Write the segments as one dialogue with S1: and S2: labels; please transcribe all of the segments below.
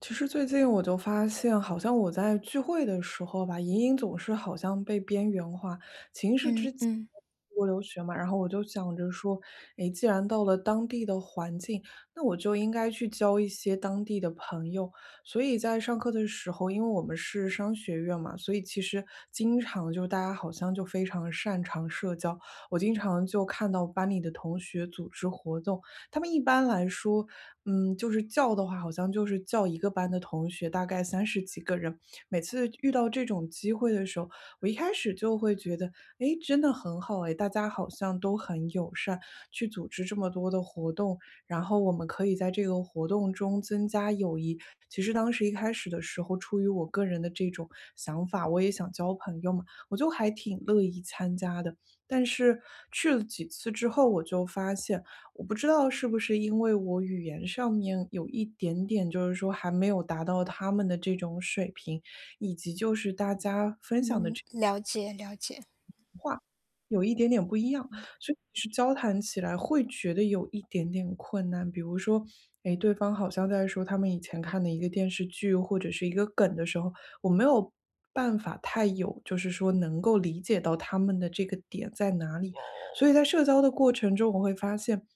S1: 其实最近我就发现，好像我在聚会的时候吧，莹莹总是好像被边缘化。潜因是之
S2: 嗯
S1: 前
S2: 嗯，
S1: 出国留学嘛，然后我就想着说，诶，既然到了当地的环境，那我就应该去交一些当地的朋友。所以在上课的时候，因为我们是商学院嘛，所以其实经常就大家好像就非常擅长社交。我经常就看到班里的同学组织活动，他们一般来说就是叫的话，好像就是叫一个班的同学，大概30几个人。每次遇到这种机会的时候，我一开始就会觉得，诶，真的很好诶，大家好像都很友善，去组织这么多的活动，然后我们可以在这个活动中增加友谊。其实当时一开始的时候，出于我个人的这种想法，我也想交朋友嘛，我就还挺乐意参加的。但是去了几次之后，我就发现我不知道是不是因为我语言上面有一点点，就是说还没有达到他们的这种水平，以及就是大家分享
S2: 嗯，了解了解。
S1: 有一点点不一样，所以是交谈起来会觉得有一点点困难。比如说，哎，对方好像在说他们以前看的一个电视剧或者是一个梗的时候，我没有办法太有，就是说能够理解到他们的这个点在哪里。所以在社交的过程中，我会发现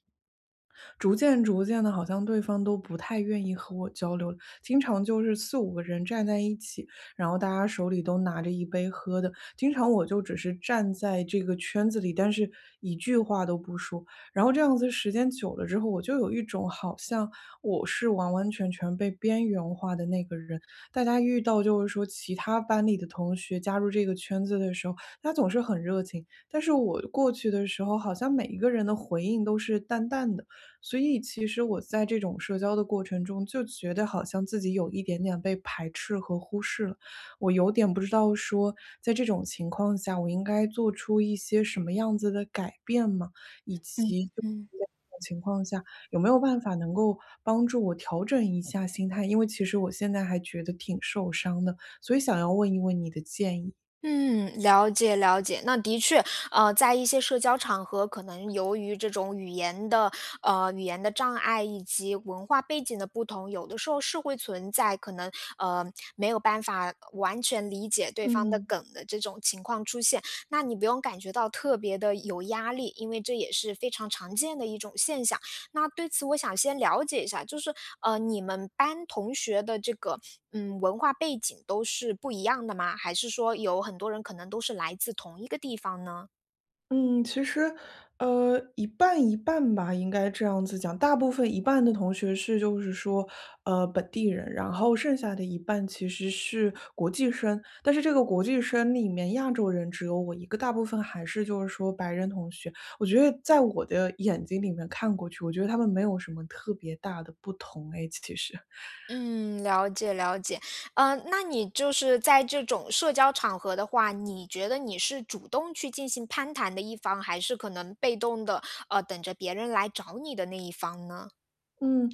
S1: 逐渐逐渐的，好像对方都不太愿意和我交流了。经常就是四五个人站在一起，然后大家手里都拿着一杯喝的。经常我就只是站在这个圈子里，但是一句话都不说。然后这样子时间久了之后，我就有一种好像我是完完全全被边缘化的那个人。大家遇到就是说其他班里的同学加入这个圈子的时候，他总是很热情，但是我过去的时候，好像每一个人的回应都是淡淡的。所以其实我在这种社交的过程中，就觉得好像自己有一点点被排斥和忽视了。我有点不知道说，在这种情况下，我应该做出一些什么样子的改变吗？以
S2: 嗯
S1: 及就
S2: 嗯，
S1: 是在这种情况下，有没有办法能够帮助我调整一下心态？因为其实我现在还觉得挺受伤的，所以想要问一问你的建议。
S2: 嗯，了解了解。那的确，在一些社交场合，可能由于这种语言的障碍以及文化背景的不同，有的时候是会存在可能，呃，没有办法完全理解对方的
S1: 嗯。
S2: 梗的这种情况出现。那你不用感觉到特别的有压力，因为这也是非常常见的一种现象。那对此我想先了解一下，就是你们班同学的这个文化背景都是不一样的吗？还是说有很多人可能都是来自同一个地方呢？
S1: 嗯，其实，一半一半吧，应该这样子讲。大部分一半的同学是，就是说，本地人，然后剩下的一半其实是国际生。但是这个国际生里面，亚洲人只有我一个，大部分还是就是说白人同学。我觉得在我的眼睛里面看过去，我觉得他们没有什么特别大的不同，诶，其实。
S2: 嗯，了解了解。那你就是在这种社交场合的话，你觉得你是主动去进行攀谈的一方，还是可能被动的等着别人来找你的那一方呢？
S1: 嗯，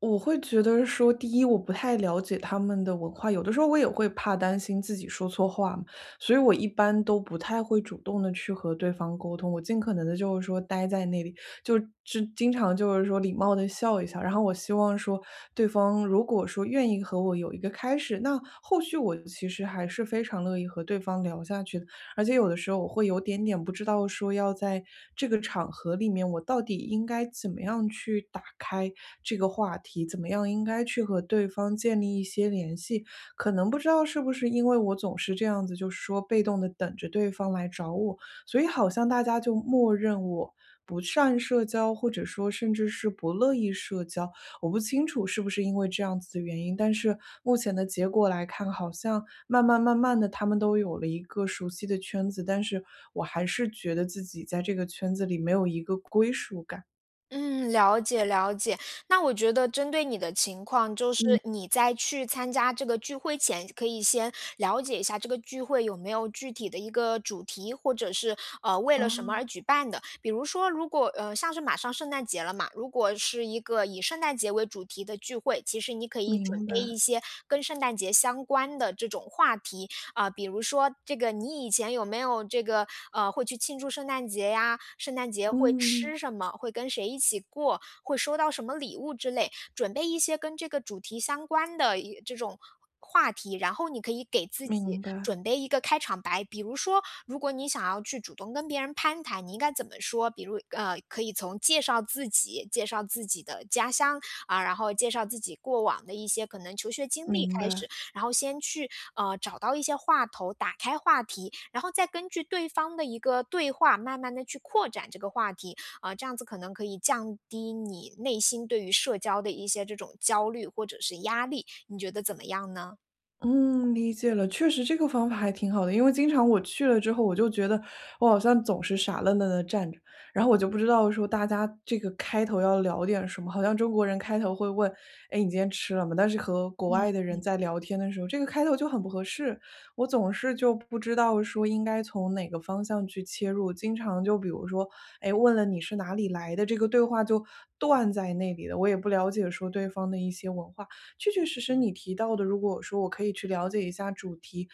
S1: 我会觉得说，第一，我不太了解他们的文化，有的时候我也会怕担心自己说错话嘛，所以我一般都不太会主动的去和对方沟通，我尽可能的就是说待在那里，就就经常就是说礼貌的笑一笑，然后我希望说对方如果说愿意和我有一个开始，那后续我其实还是非常乐意和对方聊下去的，而且有的时候我会有点点不知道说要在这个场合里面，我到底应该怎么样去打开这个话题，怎么样应该去和对方建立一些联系。可能不知道是不是因为我总是这样子，就是说被动的等着对方来找我，所以好像大家就默认我不善社交，或者说甚至是不乐意社交。我不清楚是不是因为这样子的原因，但是目前的结果来看，好像慢慢慢慢的他们都有了一个熟悉的圈子，但是我还是觉得自己在这个圈子里没有一个归属感。
S2: 嗯，了解了解。那我觉得针对你的情况，就是你在去参加这个聚会前，可以先了解一下这个聚会有没有具体的一个主题，或者是为了什么
S1: 哦，
S2: 而举办的。比如说，如果像是马上圣诞节了嘛，如果是一个以圣诞节为主题的聚会，其实你可以准
S1: 明
S2: 备一
S1: 白，
S2: 些跟圣诞节相关的这种话题，啊，比如说这个你以前有没有这个会去庆祝圣诞节呀？圣诞节会
S1: 嗯，
S2: 吃什么？会跟谁一起过？会收到什么礼物之类？准备一些跟这个主题相关的这种话题，然后你可以给自
S1: 明
S2: 己
S1: 白，
S2: 准备一个开场白，比如说，如果你想要去主动跟别人攀谈，你应该怎么说？比如，可以从介绍自己、介绍自己的家乡啊，然后介绍自己过往的一些可能求学经历
S1: 明
S2: 开
S1: 白。
S2: 始，然后先去找到一些话头，打开话题，然后再根据对方的一个对话，慢慢的去扩展这个话题，啊，这样子可能可以降低你内心对于社交的一些这种焦虑或者是压力，你觉得怎么样呢？
S1: 嗯，理解了，确实这个方法还挺好的，因为经常我去了之后，我就觉得我好像总是傻愣愣的站着，然后我就不知道说大家这个开头要聊点什么，好像中国人开头会问，哎，你今天吃了吗？但是和国外的人在聊天的时候，这个开头就很不合适，我总是就不知道说应该从哪个方向去切入，经常就比如说，哎，问了你是哪里来的，这个对话就断在那里了，我也不了解说对方的一些文化。确确实实你提到的，如果我说我可以去了解一下主题，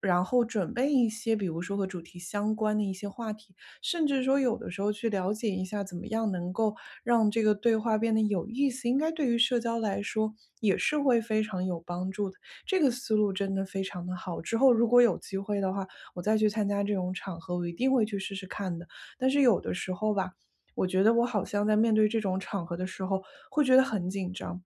S1: 然后准备一些，比如说和主题相关的一些话题，甚至说有的时候去了解一下怎么样能够让这个对话变得有意思，应该对于社交来说也是会非常有帮助的。这个思路真的非常的好。之后如果有机会的话，我再去参加这种场合，我一定会去试试看的。但是有的时候吧，我觉得我好像在面对这种场合的时候，会觉得很紧张。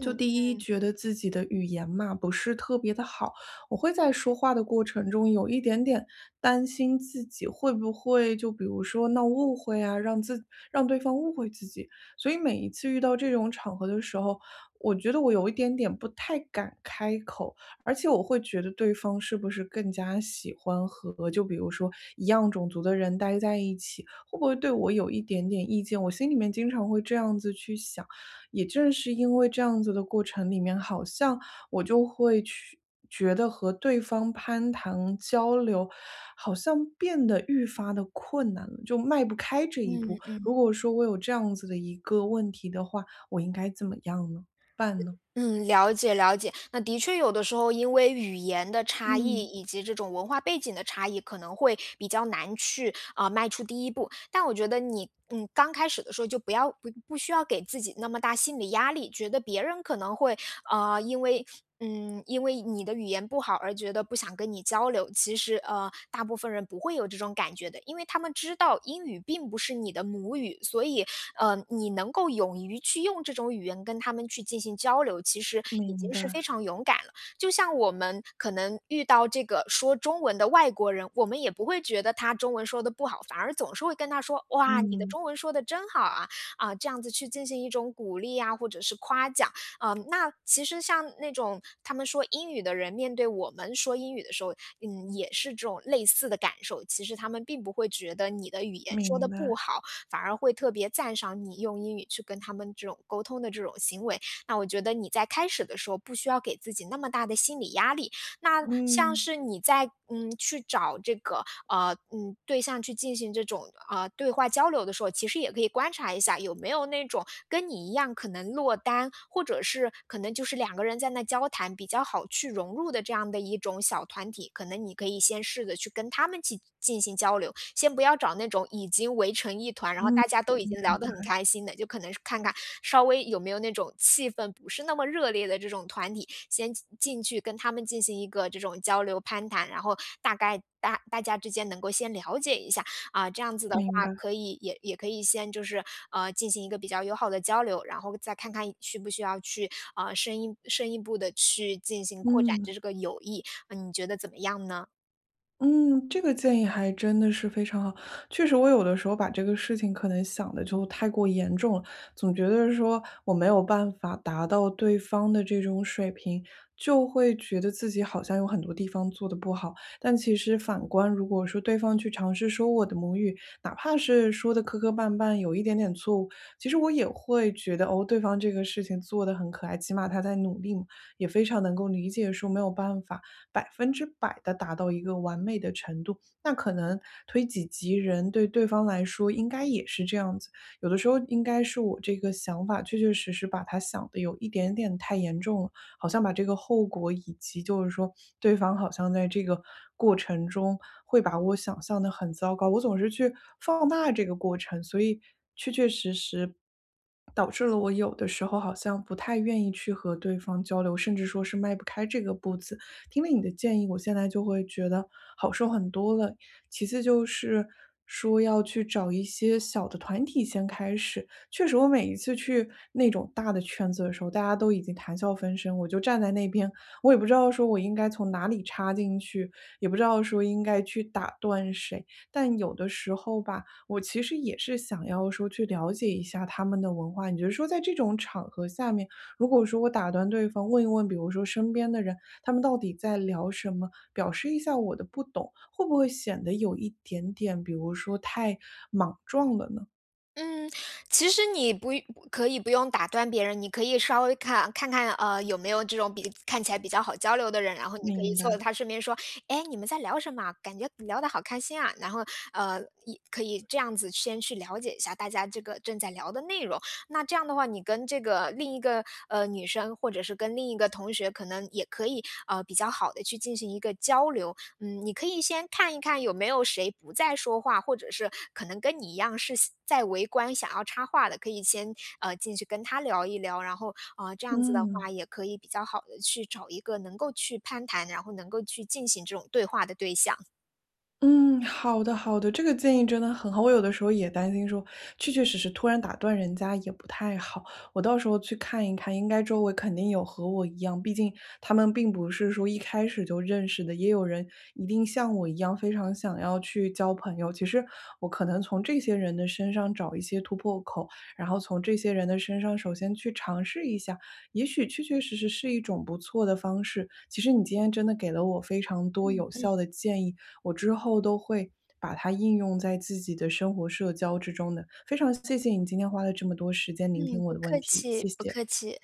S1: 就第一，觉得自己的语言嘛不是特别的好，我会在说话的过程中有一点点担心自己会不会就比如说闹误会啊，让对方误会自己。所以每一次遇到这种场合的时候，我觉得我有一点点不太敢开口，而且我会觉得对方是不是更加喜欢和就比如说一样种族的人待在一起，会不会对我有一点点意见？我心里面经常会这样子去想。也正是因为这样子的过程里面，好像我就会去觉得和对方攀谈交流，好像变得愈发的困难了，就迈不开这一步。
S2: 嗯嗯。
S1: 如果说我有这样子的一个问题的话，我应该怎么样呢？办呢？
S2: 嗯，了解了解。那的确有的时候，因为语言的差异
S1: 嗯，
S2: 以及这种文化背景的差异，可能会比较难去迈出第一步。但我觉得你刚开始的时候就不需要给自己那么大心理压力，觉得别人可能会啊因为。因为你的语言不好而觉得不想跟你交流，其实大部分人不会有这种感觉的，因为他们知道英语并不是你的母语，所以你能够勇于去用这种语言跟他们去进行交流，其实已
S1: 明
S2: 经是非
S1: 白，
S2: 常勇敢了。就像我们可能遇到这个说中文的外国人，我们也不会觉得他中文说的不好，反而总是会跟他说：“哇，你的
S1: 嗯，
S2: 中文说的真好啊！”啊，这样子去进行一种鼓励啊，或者是夸奖。啊。那其实像那种他们说英语的人，面对我们说英语的时候，嗯，也是这种类似的感受。其实他们并不会觉得你的语言说的
S1: 明白，
S2: 不好，反而会特别赞赏你用英语去跟他们这种沟通的这种行为。那我觉得你在开始的时候不需要给自己那么大的心理压力。那像
S1: 嗯，
S2: 是你在去找这个对象去进行这种对话交流的时候，其实也可以观察一下有没有那种跟你一样可能落单，或者是可能就是两个人在那交谈比较好去融入的这样的一种小团体，可能你可以先试着去跟他们去进行交流，先不要找那种已经围成一团，然后大家都已经聊得很开心的，就可能是看看稍微有没有那种气氛不是那么热烈的这种团体，先进去跟他们进行一个这种交流攀谈，然后大概大家之间能够先了解一下，啊，这样子的话
S1: 明白，
S2: 可以也可以先就是，进行一个比较友好的交流，然后再看看需不需要去，深一步的去进行扩展
S1: 嗯。
S2: 这个友谊，你觉得怎么样呢？
S1: 嗯，这个建议还真的是非常好。确实，我有的时候把这个事情可能想的就太过严重了，总觉得说我没有办法达到对方的这种水平，就会觉得自己好像有很多地方做的不好。但其实反观，如果说对方去尝试说我的母语，哪怕是说的磕磕绊绊，有一点点错误，其实我也会觉得哦，对方这个事情做的很可爱，起码他在努力嘛，也非常能够理解说没有办法百分之百的达到一个完美的程度，那可能推己及人，对对方来说应该也是这样子。有的时候应该是我这个想法确确实实把他想的有一点点太严重了，好像把这个后果以及就是说对方好像在这个过程中会把我想象的很糟糕，我总是去放大这个过程，所以导致了我有的时候好像不太愿意去和对方交流，甚至说是迈不开这个步子。听了你的建议，我现在就会觉得好受很多了。其次就是说要去找一些小的团体先开始。确实，我每一次去那种大的圈子的时候，大家都已经谈笑风生，我就站在那边，我也不知道说我应该从哪里插进去，也不知道说应该去打断谁。但有的时候吧，我其实也是想要说去了解一下他们的文化。你觉得说在这种场合下面，如果说我打断对方问一问，比如说身边的人，他们到底在聊什么，表示一下我的不懂，会不会显得有一点点，比如说太莽撞了呢？
S2: 嗯，其实你不一可以不用打断别人，你可以稍微看看，有没有这种看起来比较好交流的人，然后你可以
S1: 明
S2: 凑着
S1: 白。
S2: 他身边说：“哎，你们在聊什么啊感觉聊得好开心啊。”然后，可以这样子先去了解一下大家这个正在聊的内容。那这样的话，你跟这个另一个女生，或者是跟另一个同学，可能也可以比较好的去进行一个交流。嗯，你可以先看一看有没有谁不再说话，或者是可能跟你一样是想在围观想要插话的，可以先进去跟他聊一聊，然后这样子的
S1: 嗯。
S2: 话也可以比较好的去找一个能够去攀谈，然后能够去进行这种对话的对象。
S1: 嗯，好的好的，这个建议真的很好。我有的时候也担心说，确确实实突然打断人家也不太好。我到时候去看一看，应该周围肯定有和我一样，毕竟他们并不是说一开始就认识的，也有人一定像我一样非常想要去交朋友。其实我可能从这些人的身上找一些突破口，然后从这些人的身上首先去尝试一下，也许确确实实是一种不错的方式。其实你今天真的给了我非常多
S2: 嗯
S1: 有
S2: 嗯
S1: 效的建议。我之后都会把它应用在自己的生活社交之中的。非常谢谢你今天花了这么多时间聆听
S2: 嗯，
S1: 我
S2: 不
S1: 的问
S2: 客
S1: 题，谢
S2: 气，不
S1: 谢。
S2: 客气。